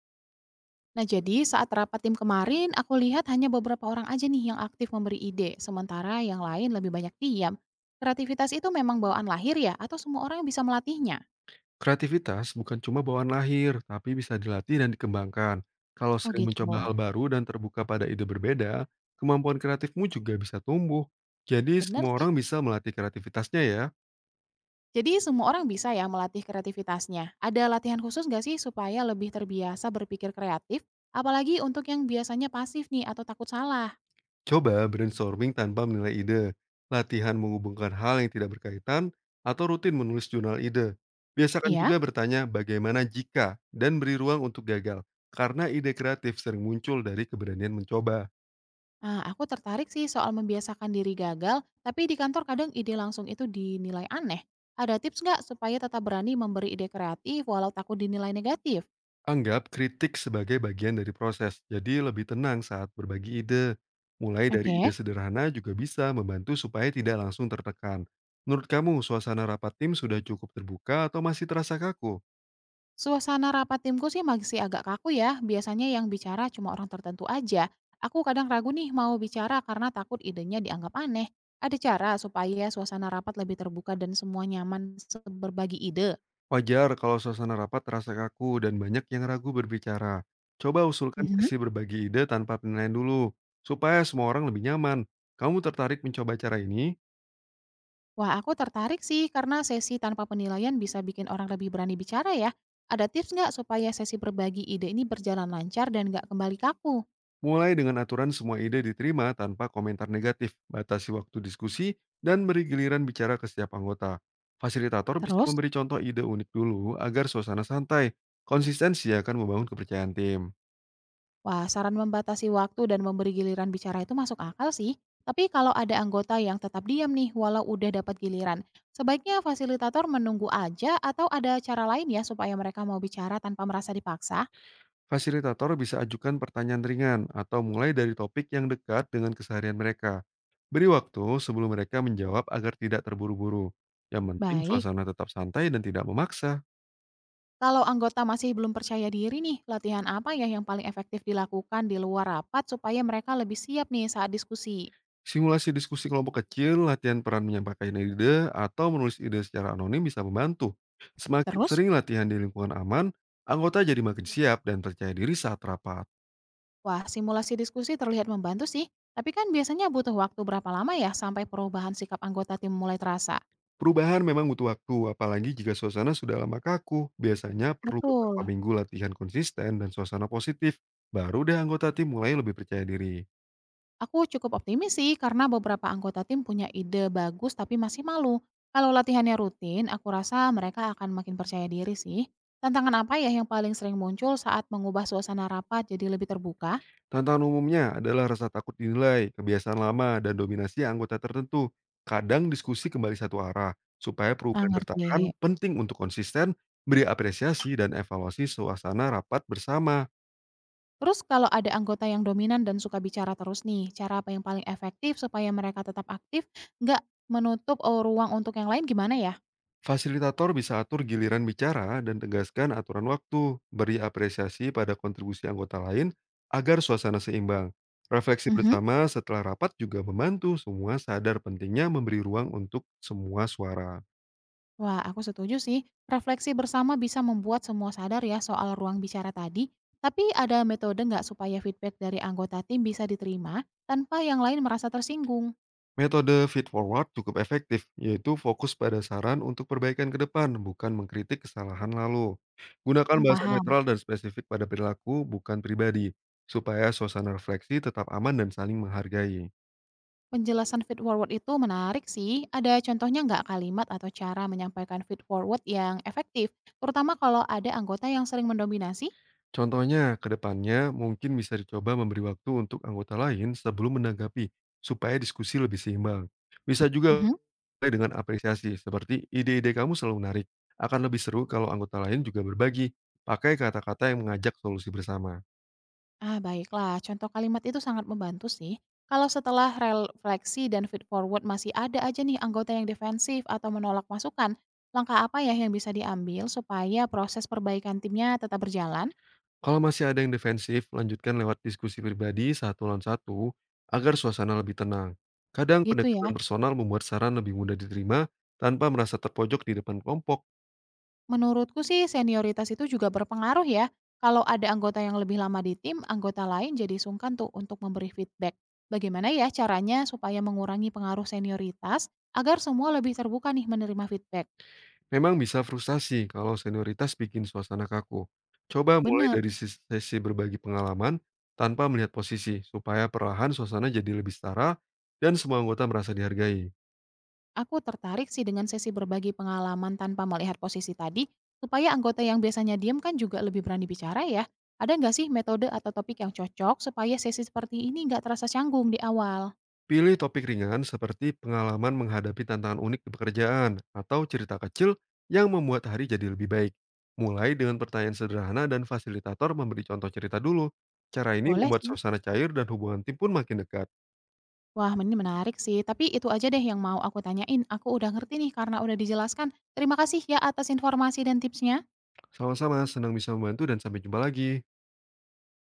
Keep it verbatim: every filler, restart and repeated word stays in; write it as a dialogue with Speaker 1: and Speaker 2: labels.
Speaker 1: Nah, jadi saat rapat tim kemarin, aku lihat hanya beberapa orang aja nih yang aktif memberi ide, sementara yang lain lebih banyak diam. Kreativitas itu memang bawaan lahir ya, atau semua orang bisa melatihnya?
Speaker 2: Kreativitas bukan cuma bawaan lahir, tapi bisa dilatih dan dikembangkan. Kalau
Speaker 1: Oh
Speaker 2: sering
Speaker 1: gitu.
Speaker 2: mencoba hal baru dan terbuka pada ide berbeda, kemampuan kreatifmu juga bisa tumbuh. Jadi
Speaker 1: Bener
Speaker 2: semua
Speaker 1: sih.
Speaker 2: orang bisa melatih kreativitasnya ya.
Speaker 1: Jadi semua orang bisa ya melatih kreativitasnya. Ada latihan khusus nggak sih supaya lebih terbiasa berpikir kreatif? Apalagi untuk yang biasanya pasif nih atau takut salah.
Speaker 2: Coba brainstorming tanpa menilai ide, latihan menghubungkan hal yang tidak berkaitan, atau rutin menulis jurnal ide. Biasakan
Speaker 1: Iya?
Speaker 2: juga bertanya bagaimana jika dan beri ruang untuk gagal, karena ide kreatif sering muncul dari keberanian mencoba.
Speaker 1: Ah, aku tertarik sih soal membiasakan diri gagal, tapi di kantor kadang ide langsung itu dinilai aneh. Ada tips nggak supaya tetap berani memberi ide kreatif walau takut dinilai negatif?
Speaker 2: Anggap kritik sebagai bagian dari proses, jadi lebih tenang saat berbagi ide. Mulai dari ide
Speaker 1: Oke.
Speaker 2: sederhana juga bisa membantu supaya tidak langsung tertekan. Menurut kamu, suasana rapat tim sudah cukup terbuka atau masih terasa kaku?
Speaker 1: Suasana rapat timku sih masih agak kaku ya, biasanya yang bicara cuma orang tertentu aja. Aku kadang ragu nih mau bicara karena takut idenya dianggap aneh. Ada cara supaya suasana rapat lebih terbuka dan semua nyaman se- berbagi ide?
Speaker 2: Wajar kalau suasana rapat terasa kaku dan banyak yang ragu berbicara. Coba usulkan sesi berbagi ide tanpa penilaian dulu, supaya semua orang lebih nyaman. Kamu tertarik mencoba cara ini?
Speaker 1: Wah, aku tertarik sih karena sesi tanpa penilaian bisa bikin orang lebih berani bicara ya. Ada tips nggak supaya sesi berbagi ide ini berjalan lancar dan nggak kembali kaku?
Speaker 2: Mulai dengan aturan semua ide diterima tanpa komentar negatif, batasi waktu diskusi, dan beri giliran bicara ke setiap anggota. Fasilitator bisa
Speaker 1: Terus,
Speaker 2: memberi contoh ide unik dulu agar suasana santai. Konsistensi akan membangun kepercayaan tim.
Speaker 1: wah, saran membatasi waktu dan memberi giliran bicara itu masuk akal sih. Tapi kalau ada anggota yang tetap diam nih walau udah dapat giliran, sebaiknya fasilitator menunggu aja atau ada cara lain ya supaya mereka mau bicara tanpa merasa dipaksa?
Speaker 2: Fasilitator bisa ajukan pertanyaan ringan atau mulai dari topik yang dekat dengan keseharian mereka. Beri waktu sebelum mereka menjawab agar tidak terburu-buru. Yang penting
Speaker 1: Baik.
Speaker 2: suasana tetap santai dan tidak memaksa.
Speaker 1: Kalau anggota masih belum percaya diri nih, latihan apa ya yang paling efektif dilakukan di luar rapat supaya mereka lebih siap nih saat diskusi?
Speaker 2: Simulasi diskusi kelompok kecil, latihan peran menyampaikan ide, atau menulis ide secara anonim bisa membantu. Semakin
Speaker 1: Terus,
Speaker 2: sering latihan di lingkungan aman, anggota jadi makin siap dan percaya diri saat rapat.
Speaker 1: wah, simulasi diskusi terlihat membantu sih, tapi kan biasanya butuh waktu berapa lama ya sampai perubahan sikap anggota tim mulai terasa?
Speaker 2: Perubahan memang butuh waktu, apalagi jika suasana sudah lama kaku. Biasanya perlu beberapa
Speaker 1: Betul,
Speaker 2: minggu latihan konsisten dan suasana positif. Baru deh anggota tim mulai lebih percaya diri.
Speaker 1: aku cukup optimis sih karena beberapa anggota tim punya ide bagus tapi masih malu. Kalau latihannya rutin, aku rasa mereka akan makin percaya diri sih. Tantangan apa ya yang paling sering muncul saat mengubah suasana rapat jadi lebih terbuka?
Speaker 2: Tantangan umumnya adalah rasa takut dinilai, kebiasaan lama, dan dominasi anggota tertentu. Kadang diskusi kembali satu arah. Supaya
Speaker 1: Ah,
Speaker 2: perubahan bertahan,
Speaker 1: ngerti.
Speaker 2: penting untuk konsisten, beri apresiasi dan evaluasi suasana rapat bersama.
Speaker 1: Terus kalau ada anggota yang dominan dan suka bicara terus nih, cara apa yang paling efektif supaya mereka tetap aktif, nggak menutup, eee, ruang untuk yang lain gimana ya?
Speaker 2: Fasilitator bisa atur giliran bicara dan tegaskan aturan waktu, beri apresiasi pada kontribusi anggota lain agar suasana seimbang. Refleksi
Speaker 1: Mhm.
Speaker 2: bersama setelah rapat juga membantu semua sadar pentingnya memberi ruang untuk semua suara.
Speaker 1: Wah, aku setuju sih. Refleksi bersama bisa membuat semua sadar ya soal ruang bicara tadi. Tapi ada metode nggak supaya feedback dari anggota tim bisa diterima tanpa yang lain merasa tersinggung?
Speaker 2: Metode feed forward cukup efektif, yaitu fokus pada saran untuk perbaikan ke depan, bukan mengkritik kesalahan lalu. Gunakan
Speaker 1: Mmm,
Speaker 2: bahasa
Speaker 1: paham.
Speaker 2: netral dan spesifik pada perilaku, bukan pribadi, supaya suasana refleksi tetap aman dan saling menghargai.
Speaker 1: Penjelasan feed forward itu menarik sih. Ada contohnya nggak kalimat atau cara menyampaikan feed forward yang efektif, terutama kalau ada anggota yang sering mendominasi?
Speaker 2: Contohnya, ke depannya mungkin bisa dicoba memberi waktu untuk anggota lain sebelum menanggapi, supaya diskusi lebih seimbang. Bisa juga
Speaker 1: Mhm.
Speaker 2: mulai dengan apresiasi, seperti ide-ide kamu selalu menarik. Akan lebih seru kalau anggota lain juga berbagi, pakai kata-kata yang mengajak solusi bersama.
Speaker 1: Ah, baiklah. Contoh kalimat itu sangat membantu sih. Kalau setelah refleksi dan feed forward masih ada aja nih anggota yang defensif atau menolak masukan, langkah apa ya yang bisa diambil supaya proses perbaikan timnya tetap berjalan?
Speaker 2: Kalau masih ada yang defensif, lanjutkan lewat diskusi pribadi satu lawan satu agar suasana lebih tenang. Kadang
Speaker 1: Gitu ya.
Speaker 2: pendekatan personal membuat saran lebih mudah diterima tanpa merasa terpojok di depan kelompok.
Speaker 1: Menurutku sih senioritas itu juga berpengaruh ya. Kalau ada anggota yang lebih lama di tim, anggota lain jadi sungkan tuh untuk memberi feedback. Bagaimana ya caranya supaya mengurangi pengaruh senioritas agar semua lebih terbuka nih menerima feedback?
Speaker 2: Memang bisa frustasi kalau senioritas bikin suasana kaku. Coba mulai
Speaker 1: Bener.
Speaker 2: dari sis- sesi berbagi pengalaman tanpa melihat posisi supaya perlahan suasana jadi lebih setara dan semua anggota merasa dihargai.
Speaker 1: Aku tertarik sih dengan sesi berbagi pengalaman tanpa melihat posisi tadi, supaya anggota yang biasanya diam kan juga lebih berani bicara ya. Ada nggak sih metode atau topik yang cocok supaya sesi seperti ini nggak terasa canggung di awal?
Speaker 2: Pilih topik ringan seperti pengalaman menghadapi tantangan unik di pekerjaan atau cerita kecil yang membuat hari jadi lebih baik. Mulai dengan pertanyaan sederhana dan fasilitator memberi contoh cerita dulu. Cara ini
Speaker 1: Boleh
Speaker 2: membuat
Speaker 1: sih.
Speaker 2: suasana cair dan hubungan tim pun makin dekat.
Speaker 1: Wah, ini menarik sih. Tapi itu aja deh yang mau aku tanyain. Aku udah ngerti nih karena udah dijelaskan. Terima kasih ya atas informasi dan tipsnya.
Speaker 2: Sama-sama, senang bisa membantu dan sampai jumpa lagi.